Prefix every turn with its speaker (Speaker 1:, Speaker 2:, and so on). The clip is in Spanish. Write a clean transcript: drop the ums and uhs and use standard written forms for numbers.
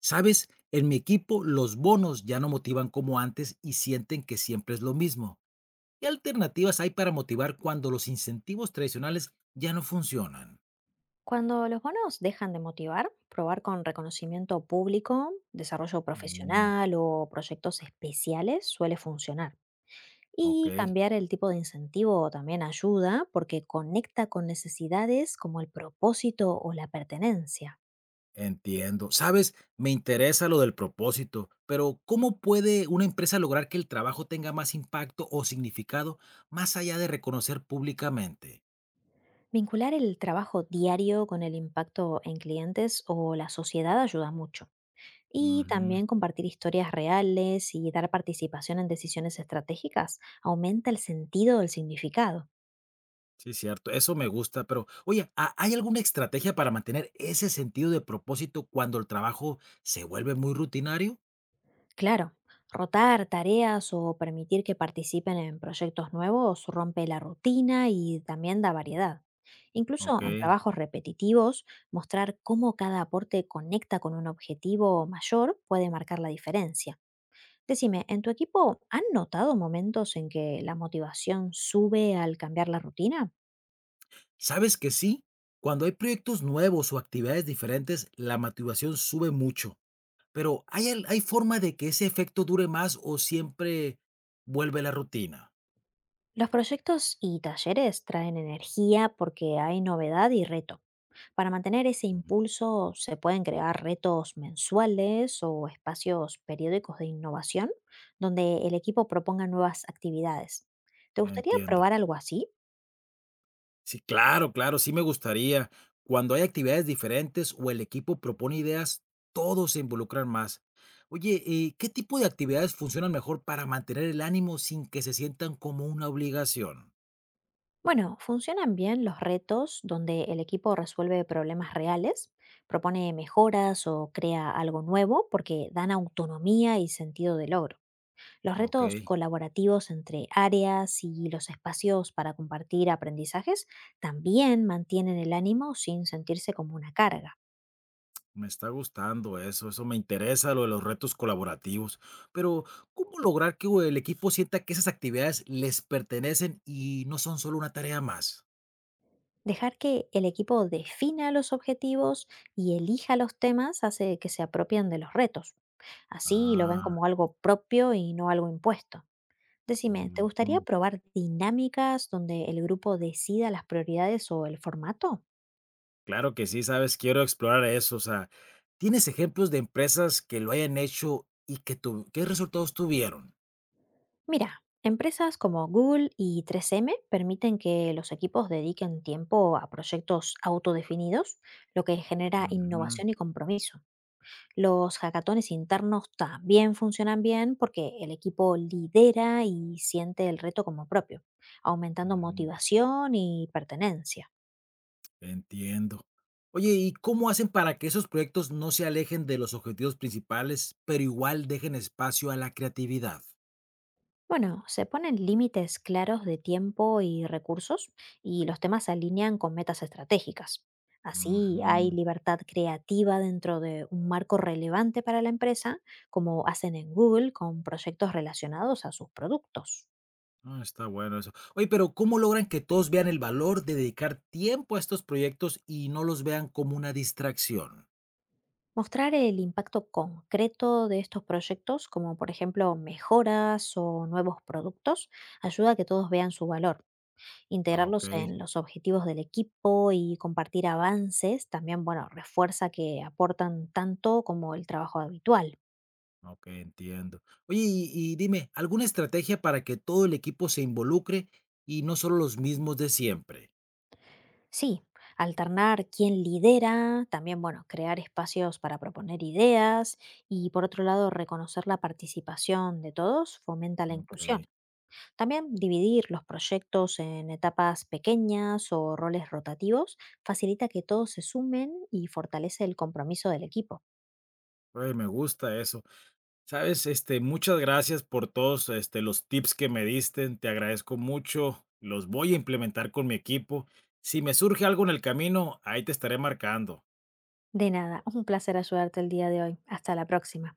Speaker 1: ¿Sabes? En mi equipo los bonos ya no motivan como antes y sienten que siempre es lo mismo. ¿Qué alternativas hay para motivar cuando los incentivos tradicionales ya no funcionan?
Speaker 2: Cuando los bonos dejan de motivar, probar con reconocimiento público, desarrollo
Speaker 1: Mm,
Speaker 2: profesional o proyectos especiales suele funcionar.
Speaker 1: ok,
Speaker 2: Y cambiar el tipo de incentivo también ayuda porque conecta con necesidades como el propósito o la pertenencia.
Speaker 1: entiendo. ¿Sabes? Me interesa lo del propósito, pero ¿cómo puede una empresa lograr que el trabajo tenga más impacto o significado más allá de reconocer públicamente?
Speaker 2: Vincular el trabajo diario con el impacto en clientes o la sociedad ayuda mucho. Y también compartir historias reales y dar participación en decisiones estratégicas aumenta el sentido del significado.
Speaker 1: Sí, cierto, eso me gusta, pero oye, ¿hay alguna estrategia para mantener ese sentido de propósito cuando el trabajo se vuelve muy rutinario?
Speaker 2: Claro, rotar tareas o permitir que participen en proyectos nuevos rompe la rutina y también da variedad. Incluso
Speaker 1: Ok.
Speaker 2: en trabajos repetitivos, mostrar cómo cada aporte conecta con un objetivo mayor puede marcar la diferencia. Decime, ¿en tu equipo han notado momentos en que la motivación sube al cambiar la rutina?
Speaker 1: ¿Sabes que sí? Cuando hay proyectos nuevos o actividades diferentes, la motivación sube mucho, pero ¿hay forma de que ese efecto dure más o siempre vuelve la rutina?
Speaker 2: Los proyectos y talleres traen energía porque hay novedad y reto. Para mantener ese
Speaker 1: Ujú.
Speaker 2: impulso se pueden crear retos mensuales o espacios periódicos de innovación donde el equipo proponga nuevas actividades. ¿Te gustaría
Speaker 1: Entiendo.
Speaker 2: probar algo así?
Speaker 1: Sí, claro, claro, sí me gustaría. Cuando hay actividades diferentes o el equipo propone ideas, todos se involucran más. Oye, ¿qué tipo de actividades funcionan mejor para mantener el ánimo sin que se sientan como una obligación?
Speaker 2: Bueno, funcionan bien los retos donde el equipo resuelve problemas reales, propone mejoras o crea algo nuevo porque dan autonomía y sentido de logro. Los
Speaker 1: Ok,
Speaker 2: retos colaborativos entre áreas y los espacios para compartir aprendizajes también mantienen el ánimo sin sentirse como una carga.
Speaker 1: me está gustando eso, eso me interesa, lo de los retos colaborativos. Pero, ¿cómo lograr que el equipo sienta que esas actividades les pertenecen y no son solo una tarea más?
Speaker 2: Dejar que el equipo defina los objetivos y elija los temas hace que se apropien de los retos. Así lo ven
Speaker 1: Ah,
Speaker 2: como algo propio y no algo impuesto. Decime, ¿te
Speaker 1: ujú.
Speaker 2: gustaría probar dinámicas donde el grupo decida las prioridades o el formato?
Speaker 1: Claro que sí, sabes, quiero explorar eso. O sea, ¿tienes ejemplos de empresas que lo hayan hecho y que tu qué resultados tuvieron?
Speaker 2: Mira, empresas como Google y 3M permiten que los equipos dediquen tiempo a proyectos autodefinidos, lo que genera
Speaker 1: Ujú,
Speaker 2: innovación y compromiso. Los hackatones internos también funcionan bien porque el equipo lidera y siente el reto como propio, aumentando
Speaker 1: ujú,
Speaker 2: motivación y pertenencia.
Speaker 1: entiendo. Oye, ¿y cómo hacen para que esos proyectos no se alejen de los objetivos principales, pero igual dejen espacio a la creatividad?
Speaker 2: Bueno, se ponen límites claros de tiempo y recursos y los temas se alinean con metas estratégicas. Así hay
Speaker 1: Ujú.
Speaker 2: libertad creativa dentro de un marco relevante para la empresa, como hacen en Google con proyectos relacionados a sus productos.
Speaker 1: Ah, está bueno eso. Oye, pero ¿cómo logran que todos vean el valor de dedicar tiempo a estos proyectos y no los vean como una distracción?
Speaker 2: Mostrar el impacto concreto de estos proyectos, como por ejemplo mejoras o nuevos productos, ayuda a que todos vean su valor.
Speaker 1: Ah, ok.
Speaker 2: Integrarlos en los objetivos del equipo y compartir avances también, bueno, refuerza que aportan tanto como el trabajo habitual.
Speaker 1: Ok, entiendo. Oye, y dime, ¿alguna estrategia para que todo el equipo se involucre y no solo los mismos de siempre?
Speaker 2: Sí, alternar quién lidera, también, bueno, crear espacios para proponer ideas y, por otro lado, reconocer la participación de todos fomenta la
Speaker 1: Ok,
Speaker 2: inclusión. También dividir los proyectos en etapas pequeñas o roles rotativos facilita que todos se sumen y fortalece el compromiso del equipo.
Speaker 1: oye, me gusta eso. Sabes, muchas gracias por todos, los tips que me diste, te agradezco mucho, los voy a implementar con mi equipo. Si me surge algo en el camino, ahí te estaré marcando.
Speaker 2: De nada, es un placer ayudarte el día de hoy. Hasta la próxima.